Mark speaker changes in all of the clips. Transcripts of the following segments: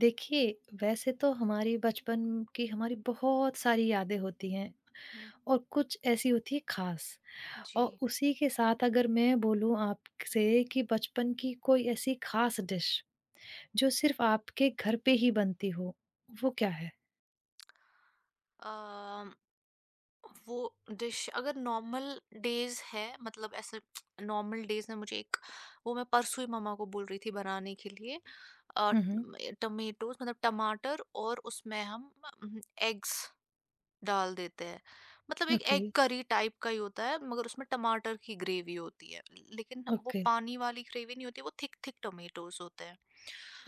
Speaker 1: देखिए, वैसे तो हमारी बचपन की हमारी बहुत सारी यादें होती हैं
Speaker 2: हुँ,
Speaker 1: और कुछ ऐसी होती है ख़ास।
Speaker 2: जी।
Speaker 1: और उसी के साथ अगर मैं बोलूँ आपसे कि बचपन की कोई ऐसी ख़ास डिश, जो सिर्फ़ आपके घर पे ही बनती हो, वो क्या है?
Speaker 2: अम, वो डिश अगर नॉर्मल डेज़ है मतलब ऐसे नॉर्मल डेज़ में मुझे एक वो मैं परसों ही मम्मा को बोल रही थी बनाने के लिए अ,
Speaker 1: हुँ, हुँ।
Speaker 2: टमेटोज़ मतलब टमाटर, और उसमें हम एग्स डाल देते हैं। मतलब एक
Speaker 1: ओके,
Speaker 2: एग करी टाइप का ही होता है, मगर उसमें टमाटर की ग्रेवी होती है। लेकिन वो
Speaker 1: ओके,
Speaker 2: पानी वाली ग्रेवी नहीं होती, वो थिक थिक टोमेटोज होते हैं।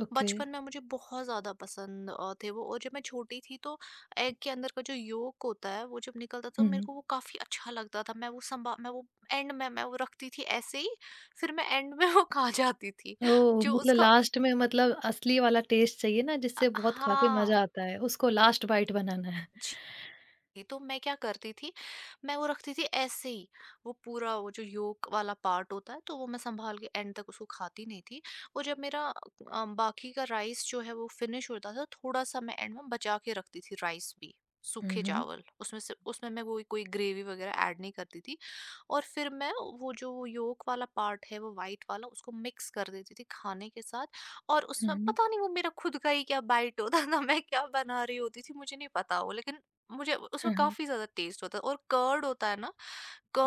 Speaker 1: ओके।
Speaker 2: बचपन में मुझे बहुत ज़्यादा पसंद थे वो। और जब मैं छोटी थी तो एग के अंदर का जो योक होता है, वो जब निकलता था तो
Speaker 1: हुँ,
Speaker 2: मेरे
Speaker 1: हुँ।
Speaker 2: को वो काफ़ी अच्छा लगता था। मैं वो एंड में मैं वो रखती थी ऐसे ही, फिर मैं एंड में वो खा जाती थी।
Speaker 1: ओह!
Speaker 2: जो
Speaker 1: मतलब
Speaker 2: उसका
Speaker 1: लास्ट में मतलब असली वाला टेस्ट चाहिए ना जिससे बहुत खा के
Speaker 2: हाँ
Speaker 1: मज़ा आता है, उसको लास्ट बाइट बनाना है।
Speaker 2: थी, तो मैं क्या करती थी, मैं वो रखती थी ऐसे ही, वो पूरा वो जो योक वाला पार्ट होता है, तो वो मैं सँभाल के एंड तक उसको खाती नहीं थी। वो जब मेरा बाकी का राइस जो है वो फिनिश होता था, थोड़ा-सा मैं एंड में बचा के रखती थी राइस भी,
Speaker 1: हुँ,
Speaker 2: सूखे
Speaker 1: हुँ।
Speaker 2: चावल। उसमें से उसमें मैं कोई कोई ग्रेवी वग़ैरह ऐड नहीं करती थी। और फिर मैं वो जो योक वाला पार्ट है, वो व्हाइट वाला, उसको मिक्स कर देती थी खाने के साथ। और
Speaker 1: हुँ,
Speaker 2: उसमें
Speaker 1: हुँ।
Speaker 2: पता नहीं वो मेरा खुद का ही क्या बाइट होता था, मैं क्या बना रही होती थी मुझे नहीं पता वो, लेकिन मुझे उसमें
Speaker 1: हाँ, हाँ।
Speaker 2: काफ़ी ज़्यादा टेस्ट होता है। और कर्ड होता है ना,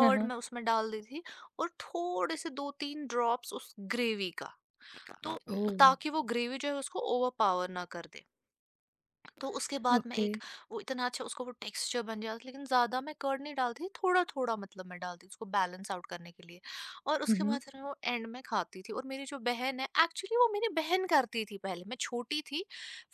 Speaker 1: हाँ, हाँ।
Speaker 2: मैं उसमें डाल दी थी। और थोड़े से 2-3 ड्रॉप्स उस ग्रेवी का, तो
Speaker 1: ओह!
Speaker 2: ताकि वो ग्रेवी जो है उसको ओवरपावर ना कर दे। तो उसके बाद मैं
Speaker 1: ओके।
Speaker 2: एक वो इतना अच्छा उसको वो टेक्सचर बन गया था। लेकिन ज़्यादा मैं कर्ड नहीं डालती, थोड़ा थोड़ा मतलब मैं डालती उसको बैलेंस आउट करने के लिए। और
Speaker 1: हुँ,
Speaker 2: उसके बाद
Speaker 1: हुँ।
Speaker 2: फिर मैं वो एंड में खाती थी। और मेरी जो बहन है एक्चुअली, वो मेरी बहन करती थी पहले, मैं छोटी थी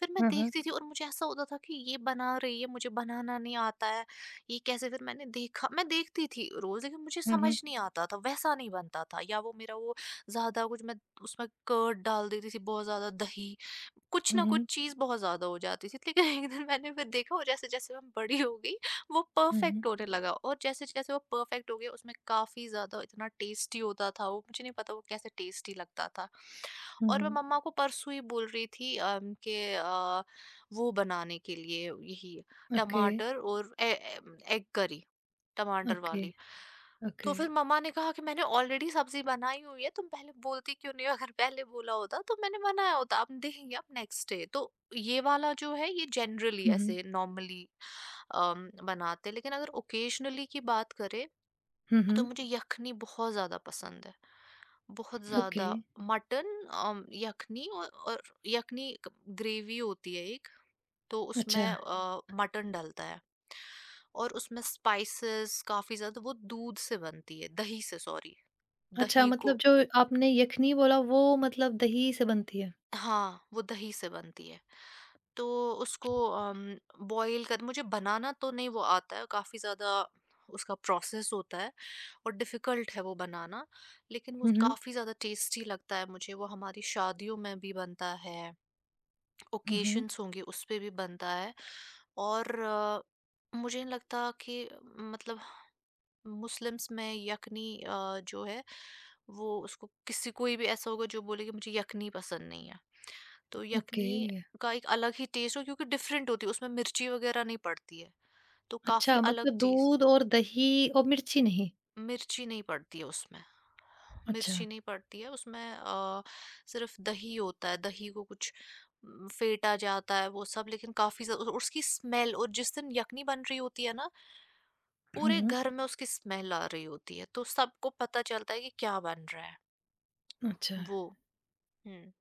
Speaker 2: फिर मैं
Speaker 1: हाँ, हाँ।
Speaker 2: देखती थी और मुझे ऐसा होता था कि ये बना रही है, मुझे बनाना नहीं आता है। ये कैसे, फिर मैंने देखा, मैं देखती थी रोज़ लेकिन मुझे
Speaker 1: हुँ,
Speaker 2: समझ
Speaker 1: हुँ।
Speaker 2: नहीं आता था, वैसा नहीं बनता था, या वो मेरा वो ज़्यादा कुछ मैं उसमें कर्ड डाल देती थी बहुत ज़्यादा दही, कुछ
Speaker 1: हुँ,
Speaker 2: ना कुछ
Speaker 1: हुँ।
Speaker 2: चीज़ बहुत ज़्यादा हो जाती थी। लेकिन एक दिन मैंने फिर देखा, और जैसे-जैसे मैं बड़ी हो गई वो
Speaker 1: हुँ, हुँ।
Speaker 2: परफेक्ट होने लगा। और जैसे-जैसे वो परफेक्ट हो गया, उसमें काफ़ी ज़्यादा इतना टेस्टी होता था वो, मुझे नहीं पता वो कैसे टेस्टी लगता था।
Speaker 1: हुँ,
Speaker 2: और मैं
Speaker 1: हुँ।
Speaker 2: मम्मा को परसों ही बोल रही थी कि वो बनाने के लिए यही
Speaker 1: ओके,
Speaker 2: टमाटर और ए ए एग करी। टमाटर
Speaker 1: ओके,
Speaker 2: वाली। तो
Speaker 1: ओके।
Speaker 2: फिर मम्मा ने कहा कि मैंने ऑलरेडी सब्ज़ी बनाई हुई है, तुम पहले बोलती क्यों नहीं हो? अगर पहले बोला होता तो मैंने बनाया होता, अब देखेंगे आप नेक्स्ट डे। तो ये वाला जो है ये जनरली
Speaker 1: हुँ, हुँ।
Speaker 2: ऐसे नॉर्मली बनाते हैं। लेकिन अगर ओकेज़नली की बात करें
Speaker 1: हुँ, हुँ।
Speaker 2: तो मुझे यखनी बहुत ज़्यादा पसंद है, बहुत
Speaker 1: ओके।
Speaker 2: ज़्यादा। मटन यखनी औ और यखनी क ग्रेवी होती है एक, तो उसमें
Speaker 1: अच्छा,
Speaker 2: मटन डलता है। और उसमें स्पाइसेस काफ़ी ज़्यादा, वो दूध से बनती है, दही से, सॉरी,
Speaker 1: अच्छा
Speaker 2: दही
Speaker 1: मतलब
Speaker 2: को।
Speaker 1: जो आपने यखनी बोला वो मतलब दही से बनती है?
Speaker 2: हाँ, वो दही से बनती है। तो उसको बॉयल कर, मुझे बनाना तो नहीं वो आता है, काफ़ी ज़्यादा उसका प्रोसेस होता है और डिफ़िकल्ट है वो बनाना, लेकिन वो
Speaker 1: हुँ, हुँ।
Speaker 2: काफ़ी ज़्यादा टेस्टी लगता है मुझे। वो हमारी शादियों में भी बनता है।
Speaker 1: हुँ, हुँ।
Speaker 2: ओकेशंस होंगे उस पे भी बनता है। और मुझे नहीं लगता कि मतलब मुस्लिम्स में यखनी जो है वो उसको किसी कोई भी ऐसा होगा जो बोले कि मुझे यखनी पसंद नहीं है। तो
Speaker 1: ओके।
Speaker 2: यखनी का एक अलग ही टेस्ट हो, क्योंकि डिफरेंट होती है, उसमें मिर्ची वगैरह नहीं पड़ती है, तो काफी
Speaker 1: अच्छा
Speaker 2: अलग
Speaker 1: मतलब
Speaker 2: चीज।
Speaker 1: दूध और दही और मिर्ची नहीं?
Speaker 2: मिर्ची नहीं पड़ती है उसमें,
Speaker 1: अच्छा।
Speaker 2: मिर्ची नहीं पड़ती है उसमें। सिर्फ दही होता है, दही को कुछ फेंटा जाता है वो सब, लेकिन काफ़ी ज़्या और उसकी स्मेल, और जिस दिन यखनी बन रही होती है ना,
Speaker 1: हुँ,
Speaker 2: पूरे
Speaker 1: हुँ।
Speaker 2: घर में उसकी स्मेल आ रही होती है, तो सबको पता चलता है कि क्या बन रहा है,
Speaker 1: अच्छा।
Speaker 2: वो। हुँ।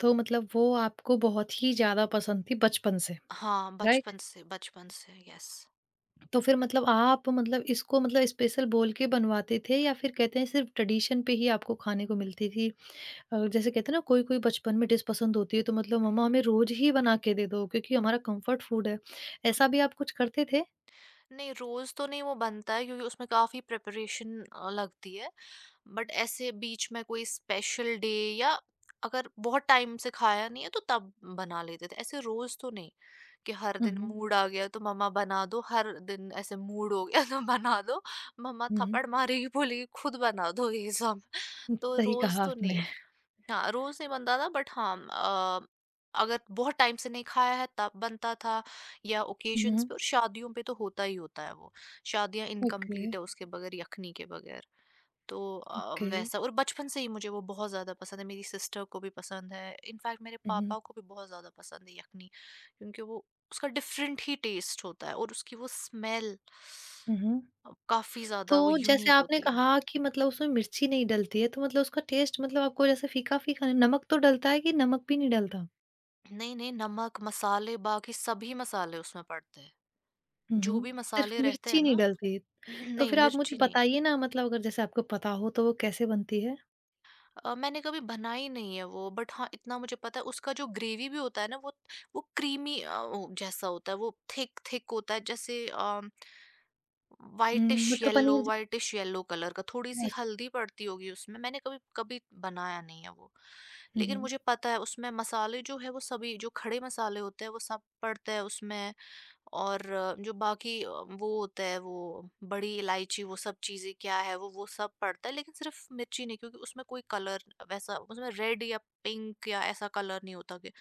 Speaker 1: तो मतलब वो आपको बहुत ही ज़्यादा पसंद थी बचपन से,
Speaker 2: हाँ,
Speaker 1: राइट?
Speaker 2: बचपन से, यस।
Speaker 1: तो फिर मतलब आप मतलब इसको मतलब स्पेशल बोल के बनवाते थे या फिर कहते हैं सिर्फ ट्रेडिशन पे ही आपको खाने को मिलती थी? जैसे कहते हैं ना कोई-कोई बचपन में डिश पसंद होती है तो मतलब मम्मा
Speaker 2: हुँ।
Speaker 1: हमें रोज़ ही बना के दे दो क्योंकि हमारा कंफर्ट फूड है। ऐसा भी आप कुछ करते थे?
Speaker 2: नहीं, रोज़ तो नहीं वो बनता है क्योंकि उसमें काफ़ी प्रिपरेशन लगती है। बट ऐसे बीच में कोई स्पेशल डे या अगर बहुत टाइम से खाया नहीं है तो तब बना लेते थे, ऐसे रोज तो नहीं कि हर
Speaker 1: हुँ,
Speaker 2: दिन
Speaker 1: हुँ,
Speaker 2: मूड आ गया तो मम्मा बना दो, हर दिन ऐसे मूड हो गया तो बना दो, मम्मा
Speaker 1: हुँ,
Speaker 2: थप्पड़ मारेगी, बोलेगी खुद बना दो ये सब।
Speaker 1: हुँ,
Speaker 2: तो
Speaker 1: सही
Speaker 2: रोज
Speaker 1: कहा
Speaker 2: तो नहीं।
Speaker 1: आपने।
Speaker 2: हाँ रोज नहीं बनता था बट हाँ, अगर बहुत टाइम से नहीं खाया है तब बनता था, या ओकेजन्स
Speaker 1: हुँ,
Speaker 2: पे और शादियों पे तो होता ही होता है वो। शादियां
Speaker 1: ओके,
Speaker 2: इनकम्प्लीट है उसके बगैर, यखनी के बगैर। तो
Speaker 1: ओके।
Speaker 2: वैसा। और बचपन से ही मुझे वो बहुत ज़्यादा पसंद है, मेरी सिस्टर को भी पसंद है, इनफैक्ट मेरे
Speaker 1: हुँ, हुँ,
Speaker 2: पापा को भी बहुत ज़्यादा पसंद है यखनी, क्योंकि वो उसका डिफरेंट ही टेस्ट होता है और उसकी वो स्मेल
Speaker 1: हुँ, हुँ।
Speaker 2: काफ़ी
Speaker 1: तो
Speaker 2: ज़्यादा वो
Speaker 1: जैसे
Speaker 2: यूनिक
Speaker 1: आपने
Speaker 2: होती है।
Speaker 1: कहा कि मतलब उसमें मिर्ची नहीं डलती है तो मतलब उसका टेस्ट मतलब आपको जैसे फीका-फीका नमक तो डलता है कि नमक भी नहीं डलता?
Speaker 2: नए-नए नमक, मसाले, बाकी सभी मसाले उसमें पड़ते हैं,
Speaker 1: हुँ,
Speaker 2: जो
Speaker 1: हुँ।
Speaker 2: भी
Speaker 1: सिर्फ
Speaker 2: मसाले रहते हैं
Speaker 1: मिर्ची नहीं
Speaker 2: ना।
Speaker 1: डलती। तो
Speaker 2: नहीं,
Speaker 1: फिर आप मुझे
Speaker 2: मिर्ची नहीं।
Speaker 1: बताइए ना मतलब अगर जैसे आपको पता हो तो वो कैसे बनती है?
Speaker 2: मैंने कभी बनाई नहीं है वो, बट हाँ, इतना मुझे पता है उसका जो ग्रेवी भी होता है ना वो क्रीमी वो जैसा होता है, वो थिक थिक होता है, जैसे
Speaker 1: हुँ, मटर पनीर ज
Speaker 2: व्हाइटिश येलो कलर का, थोड़ी सी
Speaker 1: अस
Speaker 2: हल्दी पड़ती होगी उसमें, मैंने कभी कभी बनाया नहीं है वो।
Speaker 1: हुँ,
Speaker 2: लेकिन
Speaker 1: हुँ।
Speaker 2: मुझे पता है उसमें मसाले जो है वो सभी जो खड़े मसाले होते हैं वो सब पड़ते हैं उसमें। और जो बाकी वो होता है वो बड़ी इलायची, वो सब चीज़ें क्या है वो सब पड़ता है, लेकिन सिर्फ मिर्ची नहीं, क्योंकि उसमें कोई कलर वैसा उसमें रेड या पिंक या ऐसा कलर नहीं होता कि,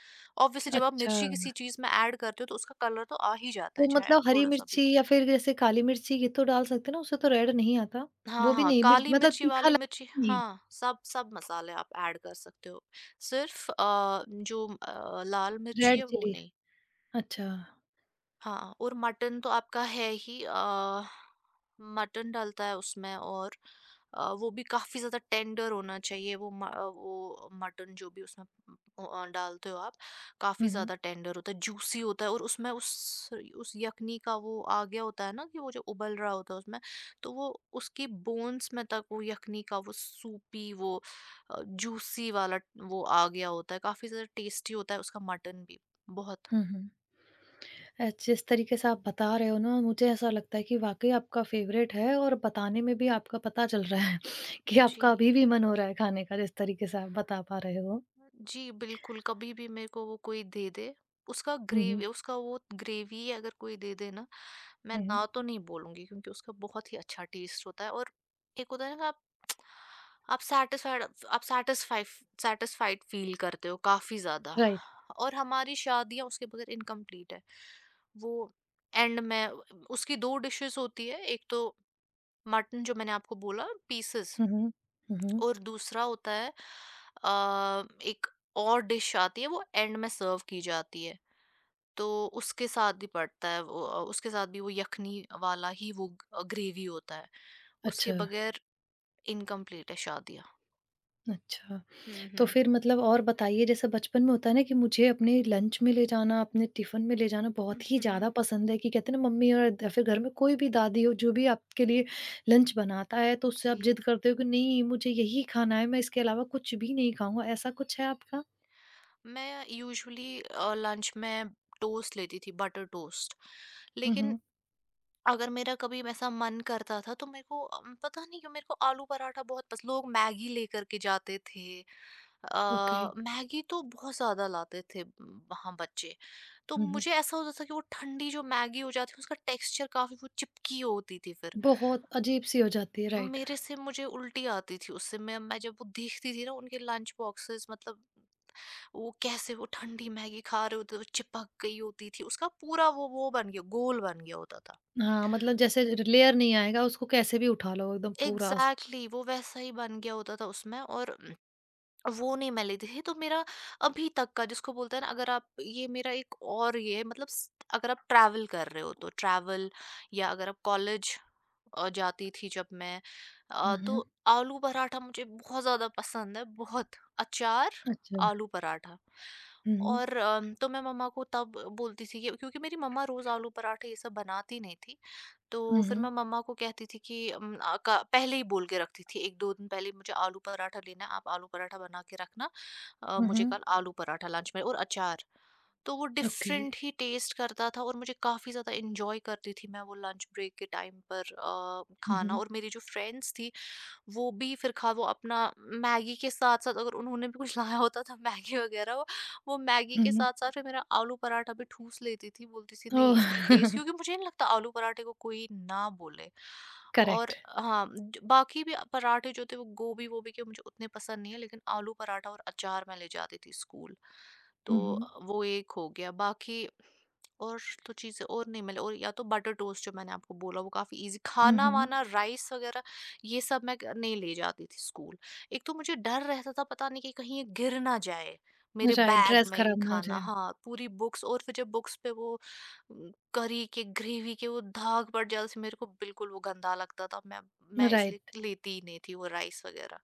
Speaker 2: ऑब्वियसली जब आप
Speaker 1: अच्छा,
Speaker 2: मिर्ची किसी चीज़ में ऐड करते हो तो उसका कलर तो आ ही जाता है,
Speaker 1: तो
Speaker 2: चाहे आप
Speaker 1: मतलब हरी
Speaker 2: थोड़ा सा
Speaker 1: मिर्ची
Speaker 2: भी।
Speaker 1: या फिर जैसे काली मिर्ची ये तो डाल सकते हैं ना, उससे तो रेड नहीं आता।
Speaker 2: हाँ,
Speaker 1: वो भी
Speaker 2: हाँ,
Speaker 1: नहीं मिर्च
Speaker 2: काली
Speaker 1: मतलब
Speaker 2: मिर्ची,
Speaker 1: तीखा
Speaker 2: वाली मिर्ची,
Speaker 1: लगता नहीं,
Speaker 2: हाँ, सब सब मसाले आप ऐड कर सकते हो। सिर्फ़ जो लाल मिर्ची
Speaker 1: रेड
Speaker 2: है वो
Speaker 1: चिली
Speaker 2: नहीं।
Speaker 1: अच्छा।
Speaker 2: हाँ, और मटन तो आपका है ही, मटन डलता है उसमें। और वो भी काफ़ी ज़्यादा टेंडर होना चाहिए, वो वो मटन जो भी उसमें डालते हो आप, काफ़ी
Speaker 1: हुँ, हुँ।
Speaker 2: ज़्यादा टेंडर होता है, जूसी होता है, और उसमें उस यखनी का वो आ गया होता है ना, कि वो जो उबल रहा होता है उसमें, तो वो उसकी बोन्स में तक वो यखनी का वो सूपी वो जूसी वाला वो आ गया होता है, काफ़ी ज़्यादा टेस्टी होता है उसका मटन भी, बहुत।
Speaker 1: हुँ, हुँ। जिस तरीके से आप बता रहे हो ना, मुझे ऐसा लगता है कि वाक़ई आपका फ़ेवरेट है और बताने में भी आपका पता चल रहा है कि
Speaker 2: जी।
Speaker 1: आपका अभी भी मन हो रहा है खाने का, जिस तरीके से आप बता पा रहे हो।
Speaker 2: जी, बिल्कुल, कभी भी मेरे को वो कोई दे दे, उसका
Speaker 1: हुँ,
Speaker 2: ग्रेव
Speaker 1: हुँ।
Speaker 2: उसका वो ग्रेवी अगर कोई दे दे ना, मैं
Speaker 1: हुँ, हुँ।
Speaker 2: ना तो नहीं बोलूँगी, क्योंकि उसका बहुत ही अच्छा टेस्ट होता है। और एक होता है ना कि आप सैटिस्फाइड, आप सैटिस्फाइ सैटिस्फाइड फ़ील करते हो काफ़ी ज़्यादा।
Speaker 1: राइट।
Speaker 2: और हमारी शादियाँ उसके बगैर इनकम्प्लीट है। वो एंड में उसकी 2 डिशेज़ होती है, एक तो मटन जो मैंने आपको बोला पीसेज़,
Speaker 1: हुँ, हुँ। हुँ, हुँ।
Speaker 2: और दूसरा होता है एक और डिश आती है वो एंड में सर्व की जाती है, तो उसके साथ भी पड़ता है वो, उसके साथ भी वो यखनी वाला ही वो ग्रेवी होता है। उसके
Speaker 1: अच्छा,
Speaker 2: बगैर इनकम्प्लीट है शादियाँ।
Speaker 1: अच्छा। तो
Speaker 2: हम्म।
Speaker 1: फिर मतलब और बताइए जैसे बचपन में होता है ना कि मुझे अपने लंच में ले जाना, अपने टिफ़िन में ले जाना
Speaker 2: हम्म
Speaker 1: बहुत ही
Speaker 2: हम्म,
Speaker 1: ज़्यादा पसंद है कि कहते हैं ना मम्मी और या फिर घर में कोई भी दादी हो जो भी आपके लिए लंच बनाता है तो उससे
Speaker 2: जी।
Speaker 1: आप ज़िद करते हो कि नहीं मुझे यही खाना है, मैं इसके अलावा कुछ भी नहीं खाऊँगा, ऐसा कुछ है आपका?
Speaker 2: मैं यूजुअली लंच में टोस्ट लेती थी, बटर टोस्ट,
Speaker 1: हुँ,
Speaker 2: लेकिन
Speaker 1: हुँ।
Speaker 2: अगर मेरा कभी ऐसा मन करता था तो मेरे को पता नहीं क्यों मेरे को आलू पराठा बहुत पस, लोग मैगी लेकर के जाते थे।
Speaker 1: ओके।
Speaker 2: मैगी तो बहुत ज़्यादा लाते थे वहाँ बच्चे। तो
Speaker 1: हुँ, हुँ।
Speaker 2: मुझे ऐसा होता था कि वो ठंडी जो मैगी हो जाती है उसका टेक्सचर काफ़ी वो चिपकी होती थी फिर।
Speaker 1: बहुत अजीब-सी हो जाती है, राइट।
Speaker 2: मेरे से मुझे उल्टी आती थी उससे, मैं जब वो देखती थी ना उनके लंच बॉक्सेस, मतलब वो कैसे वो ठंडी मैगी खा रहे होते थे, वो चिपक गई होती थी। उसका पूरा वो बन गया, घोल बन गया होता था।
Speaker 1: हाँ, मतलब जैसे लेयर नहीं आएगा उसको कैसे भी उठा लो एकदम पूरा स
Speaker 2: एग्जैक्टली exactly, वो वैसा ही बन गया होता था उसमें। और वो नहीं मैं लेती थी, तो मेरा अभी तक का जिसको बोलते हैं ना, अगर आप ये मेरा एक और ये है, मतलब अगर आप ट्रैवल कर रहे हो तो ट्रैवल या अगर आप कॉलेज जाती थी जब मैं,
Speaker 1: हुँ, हुँ।
Speaker 2: तो आलू पराठा मुझे बहुत ज़्यादा पसंद है, बहुत अचार,
Speaker 1: अच्छा।
Speaker 2: आलू पराठा।
Speaker 1: हुँ, हुँ।
Speaker 2: और तो मैं मम्मा को तब बोलती थी कि, क्योंकि मेरी मम्मा रोज़ आलू पराठे ये सब बनाती नहीं थी, तो
Speaker 1: हुँ,
Speaker 2: फिर
Speaker 1: हुँ।
Speaker 2: मैं मम्मा को कहती थी कि पहले ही बोल के रखती थी, एक दो दिन पहले, मुझे आलू पराठा लेना है, आप आलू पराठा बना के रखना,
Speaker 1: हुँ,
Speaker 2: मुझे
Speaker 1: हुँ।
Speaker 2: कल आलू पराठा लंच में और अचार तो वो
Speaker 1: ओके।
Speaker 2: डिफरेंट ही टेस्ट करता था, और मुझे काफ़ी ज़्यादा इंजॉय करती थी मैं वो लंच ब्रेक के टाइम पर
Speaker 1: हुँ,
Speaker 2: खाना।
Speaker 1: हुँ।
Speaker 2: और मेरी जो फ्रेंड्स थी वो भी फिर खा वो अपना मैगी के साथ-साथ, अगर उन्होंने भी कुछ लाया होता था मैगी वगैरह, वो मैगी
Speaker 1: हुँ,
Speaker 2: के
Speaker 1: हुँ।
Speaker 2: साथ-साथ फिर मेरा आलू पराठा भी ठूँस लेती थी, बोलती थी नहीं इसमें टेस्ट,
Speaker 1: ओह!
Speaker 2: क्योंकि मुझे नहीं लगता आलू पराठे को कोई ना बोले। और
Speaker 1: करेक्ट।
Speaker 2: हाँ, ज बाकी भी पराठे जो थे वो गोभी-वोभी के मुझे उतने पसंद नहीं है, लेकिन आलू पराठा और अचार मैं ले जाती थी स्कूल। तो
Speaker 1: हुँ, हुँ।
Speaker 2: वो एक हो गया, बाकी और तो चीज़ें और नहीं मिले, और या तो बटर टोस्ट जो मैंने आपको बोला वो काफ़ी ईज़ी,
Speaker 1: हुँ, हुँ।
Speaker 2: खाना-वाना, राइस वग़ैरह ये सब मैं क नहीं ले जाती थी स्कूल। एक तो मुझे डर रहता था पता नहीं कि कहीं ये गिर ना जाए, मेरे
Speaker 1: राइट,
Speaker 2: बैग
Speaker 1: ड्रेस
Speaker 2: में ये
Speaker 1: खराब ना हो
Speaker 2: खाना,
Speaker 1: जाए।
Speaker 2: हाँ, पूरी बुक्स, और फिर जब बुक्स पे वो करी के ग्रेवी के वो दाग पड़ जाए, उससे मेरे को बिल्कुल वो गंदा लगता था। मैं
Speaker 1: राइट,
Speaker 2: इसलिए लेती ही नहीं थी वो राइस वग़ैरह।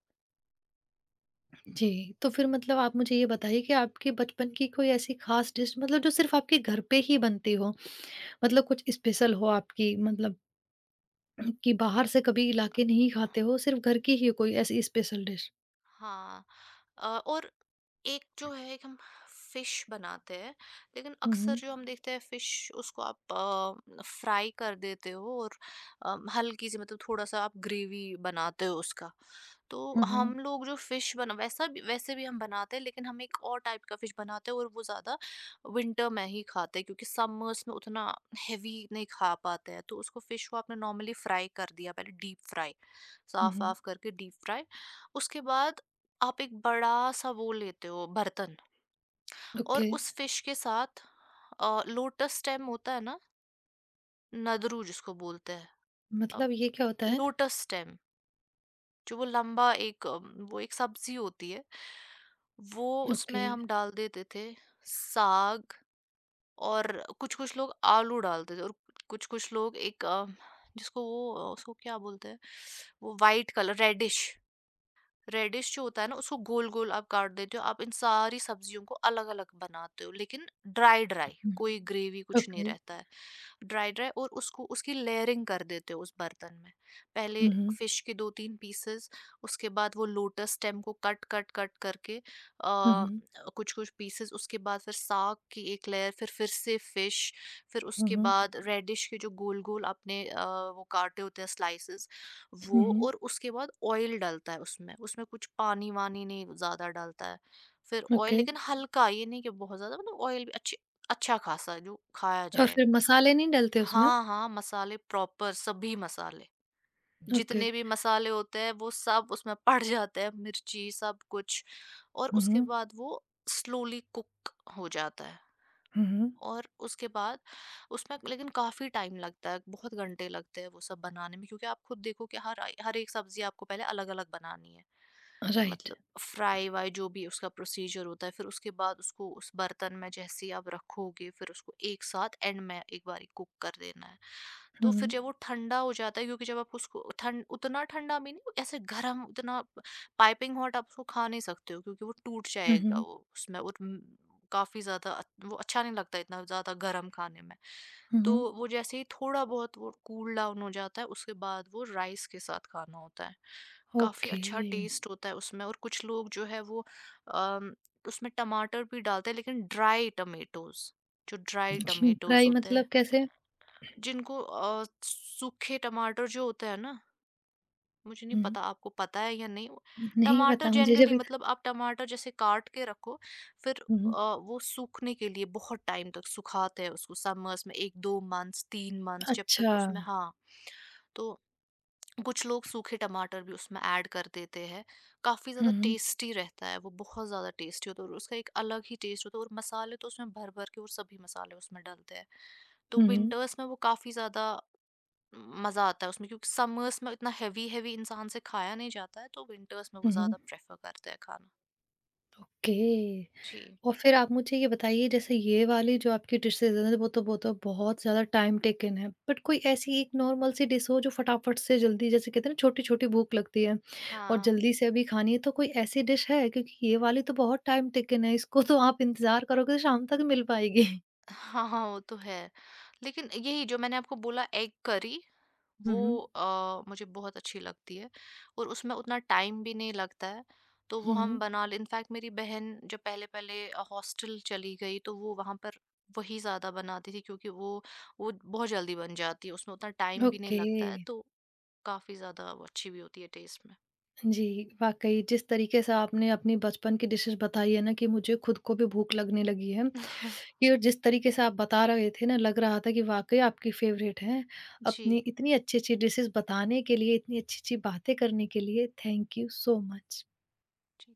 Speaker 1: जी। तो फिर मतलब आप मुझे ये बताइए कि आपके बचपन की कोई ऐसी खास डिश मतलब जो सिर्फ़ आपके घर पे ही बनती हो, मतलब कुछ स्पेशल हो आपकी मतलब कि बाहर से कभी लाके नहीं खाते हो, सिर्फ़ घर की ही हो कोई ऐसी स्पेशल डिश?
Speaker 2: हाँ। और एक जो है एक हम फिश बनाते हैं, लेकिन
Speaker 1: हुँ,
Speaker 2: अक्सर
Speaker 1: हुँ।
Speaker 2: जो हम देखते हैं फिश उसको आप फ्राई कर देते हो, और हल्की सी मतलब थोड़ा सा आप ग्रेवी बनाते हो उसका। तो
Speaker 1: हुँ, हुँ।
Speaker 2: हम लोग जो फिश बना वैसा भी वैसे भी हम बनाते हैं, लेकिन हम एक और टाइप का फिश बनाते हैं और वो ज़्यादा विंटर में ही खाते हैं, क्योंकि समर्स में उतना हैवी नहीं खा पाते हैं। तो उसको फिश को आपने नॉर्मली फ्राई कर दिया पहले, डीप फ्राई,
Speaker 1: हुँ,
Speaker 2: साफ
Speaker 1: हुँ।
Speaker 2: साफ करके डीप फ्राई। उसके बाद आप एक बड़ा-सा वो लेते हो बर्तन,
Speaker 1: ओके,
Speaker 2: और उस फ़िश के साथ लोटस स्टेम होता है ना, नदरू जिसको बोलते हैं। अब
Speaker 1: मतलब ये क्या होता है?
Speaker 2: लोटस स्टेम, जो वो लंबा एक वो एक सब्ज़ी होती है, वो
Speaker 1: ओके।
Speaker 2: उसमें हम डाल देते थे, साग, और कुछ-कुछ लोग आलू डालते थे, और कुछ-कुछ लोग एक जिसको वो उसको क्या बोलते हैं? वो व्हाइट कलर रेडिश, रेडिश जो होता है ना उसको गोल-गोल आप काट देते हो। आप इन सारी सब्जियों को अलग-अलग बनाते हो लेकिन ड्राई-ड्राई,
Speaker 1: हुँ,
Speaker 2: कोई ग्रेवी कुछ नहीं
Speaker 1: ओके।
Speaker 2: रहता है। ड्राई-ड्राई, और उसको उसकी लेयरिंग कर देते हो उस बर्तन में। पहले
Speaker 1: हुँ, हुँ।
Speaker 2: फिश के 2-3 पीसेस, उसके बाद वो लोटस स्टेम को कट-कट, कट कट करके
Speaker 1: हुँ, हुँ।
Speaker 2: कुछ-कुछ पीसेस, उसके बाद फिर साग की एक लेयर, फिर से फिश, फिर
Speaker 1: हुँ,
Speaker 2: उसके
Speaker 1: हुँ।
Speaker 2: बाद रेडिश के जो गोल-गोल आपने वो काटे होते हैं स्लाइसेस
Speaker 1: हुँ,
Speaker 2: वो,
Speaker 1: हुँ।
Speaker 2: और उसके बाद ऑयल डलता है उसमें। उसमें कुछ पानी-वानी नहीं ज़्यादा डलता है। फिर ऑयल
Speaker 1: ओके।
Speaker 2: लेकिन हल्का, ये नहीं कि बहुत ज़्यादा, मतलब ऑयल भी अच्छी अच्छा खासा जो खाया
Speaker 1: और
Speaker 2: जाए।
Speaker 1: फिर मसाले नहीं डलते उसमें?
Speaker 2: हाँ, हाँ, मसाले प्रॉपर सभी मसाले,
Speaker 1: ओके।
Speaker 2: जितने भी मसाले होते हैं वो सब उसमें पड़ जाते हैं, मिर्ची सब कुछ। और
Speaker 1: हुँ,
Speaker 2: उसके
Speaker 1: हुँ।
Speaker 2: बाद वो स्लोली कुक हो जाता है।
Speaker 1: हुँ, हुँ।
Speaker 2: और उसके बाद उसमें लेकिन काफ़ी टाइम लगता है, बहुत घंटे लगते हैं वो सब बनाने में, क्योंकि आप खुद देखो कि हर एक सब्ज़ी आपको पहले अलग-अलग बनानी है।
Speaker 1: राइट।
Speaker 2: मतलब फ्राई-वाई जो भी उसका प्रोसीजर होता है, फिर उसके बाद उसको उस बर्तन में जैसे ही आप रखोगे, फिर उसको एक साथ एंड में एक बारी कुक कर देना है। तो
Speaker 1: हुँ,
Speaker 2: फिर
Speaker 1: हुँ।
Speaker 2: जब वो ठंडा हो जाता है, क्योंकि जब आप उसको ठंड उतना ठंडा भी नहीं, ऐसे गरम उतना पाइपिंग हॉट आप उसको खा नहीं सकते हो, क्योंकि वो टूट
Speaker 1: हुँ,
Speaker 2: जाएगा
Speaker 1: हुँ।
Speaker 2: वो उसमें। और काफ़ी ज़्यादा वो अच्छा नहीं लगता इतना ज़्यादा गरम खाने में।
Speaker 1: हुँ,
Speaker 2: तो
Speaker 1: हुँ।
Speaker 2: वो जैसे ही थोड़ा बहुत वो कूल डाउन हो जाता है, उसके बाद वो राइस के साथ खाना होता है। काफ़ी
Speaker 1: ओके।
Speaker 2: अच्छा टेस्ट होता है उसमें। और कुछ लोग जो है वो अम, उसमें टमाटर भी डालते हैं, लेकिन ड्राई टमेटोज, जो ड्राई टमेटोज
Speaker 1: फ्राई
Speaker 2: होते हैं
Speaker 1: मतलब कैसे?
Speaker 2: जिनको सूखे टमाटर जो होते हैं ना, मुझे नहीं
Speaker 1: हुँ।
Speaker 2: पता आपको पता है या नहीं।
Speaker 1: नहीं
Speaker 2: टमाटर
Speaker 1: पता मुझे
Speaker 2: जनरली
Speaker 1: जब
Speaker 2: मतलब आप टमाटर जैसे काट के रखो, फिर
Speaker 1: हुँ, हुँ।
Speaker 2: वो सूखने के लिए बहुत टाइम तक सुखाते हैं उसको समर्स में, 1-2 मंथ्स 3 मंथ्स जब
Speaker 1: अच्छा।
Speaker 2: तक उसमें, हाँ। तो कुछ लोग सूखे टमाटर भी उसमें ऐड कर देते हैं, काफ़ी
Speaker 1: हुँ,
Speaker 2: ज़्यादा
Speaker 1: हुँ।
Speaker 2: टेस्टी रहता है वो, बहुत ज़्यादा टेस्टी होता है और उसका एक अलग ही टेस्ट होता है, और मसाले तो उसमें भर भर के और सभी मसाले उसमें डलते हैं। तो
Speaker 1: हुँ, हुँ।
Speaker 2: विंटर्स में वो काफ़ी ज़्यादा मज़ा आता है उसमें, क्योंकि समर्स में इतना हैवी हैवी इंसान से खाया नहीं जाता है, तो विंटर्स में वो
Speaker 1: हुँ, हुँ।
Speaker 2: ज़्यादा प्रेफर करते हैं खाना।
Speaker 1: ओके।
Speaker 2: जी।
Speaker 1: और फिर आप मुझे ये बताइए जैसे ये वाली जो आपकी डिशेज़ हैं वो तो बहुत ज़्यादा टाइम टेकन है। बट कोई ऐसी एक नॉर्मल सी डिश हो जो फटाफट से जल्दी जैसे कहते हैं ना छोटी-छोटी भूख लगती है और
Speaker 2: हाँ
Speaker 1: जल्दी से अभी खानी है तो कोई ऐसी डिश है? क्योंकि ये वाली तो बहुत टाइम टेकन है इसको तो आप इंतज़ार करोगे तो शाम तक मिल पाएगी।
Speaker 2: हाँ हाँ, वो तो है, लेकिन यही जो मैंने आपको बोला एग करी
Speaker 1: हुँ,
Speaker 2: वो
Speaker 1: हुँ।
Speaker 2: मुझे बहुत अच्छी लगती है। और उसमें उतना टाइम भी नहीं लगता है, तो वो हम
Speaker 1: हुँ,
Speaker 2: बना ले। इनफैक्ट मेरी बहन जब पहले-पहले हॉस्टल चली गई तो वो वहाँ पर वही ज़्यादा बनाती थी, क्योंकि वो बहुत जल्दी बन जाती है, उसमें उतना टाइम भी नहीं
Speaker 1: ओके।
Speaker 2: लगता है, तो काफ़ी ज़्यादा वो अच्छी भी होती है टेस्ट में।
Speaker 1: जी, वाक़ई जिस तरीके से आपने अपनी बचपन की डिशेज़ बताई है ना कि मुझे खुद को भी भूख लगने लगी है। कि और जिस तरीके से आप बता रहे थे ना, लग रहा था कि वाक़ई आपकी फेवरेट हैं। अपनी
Speaker 2: जी,
Speaker 1: इतनी अच्छी-अच्छी डिशेज़ बताने के लिए, इतनी अच्छी-अच्छी बातें करने के लिए, thank you so much.
Speaker 2: Ji.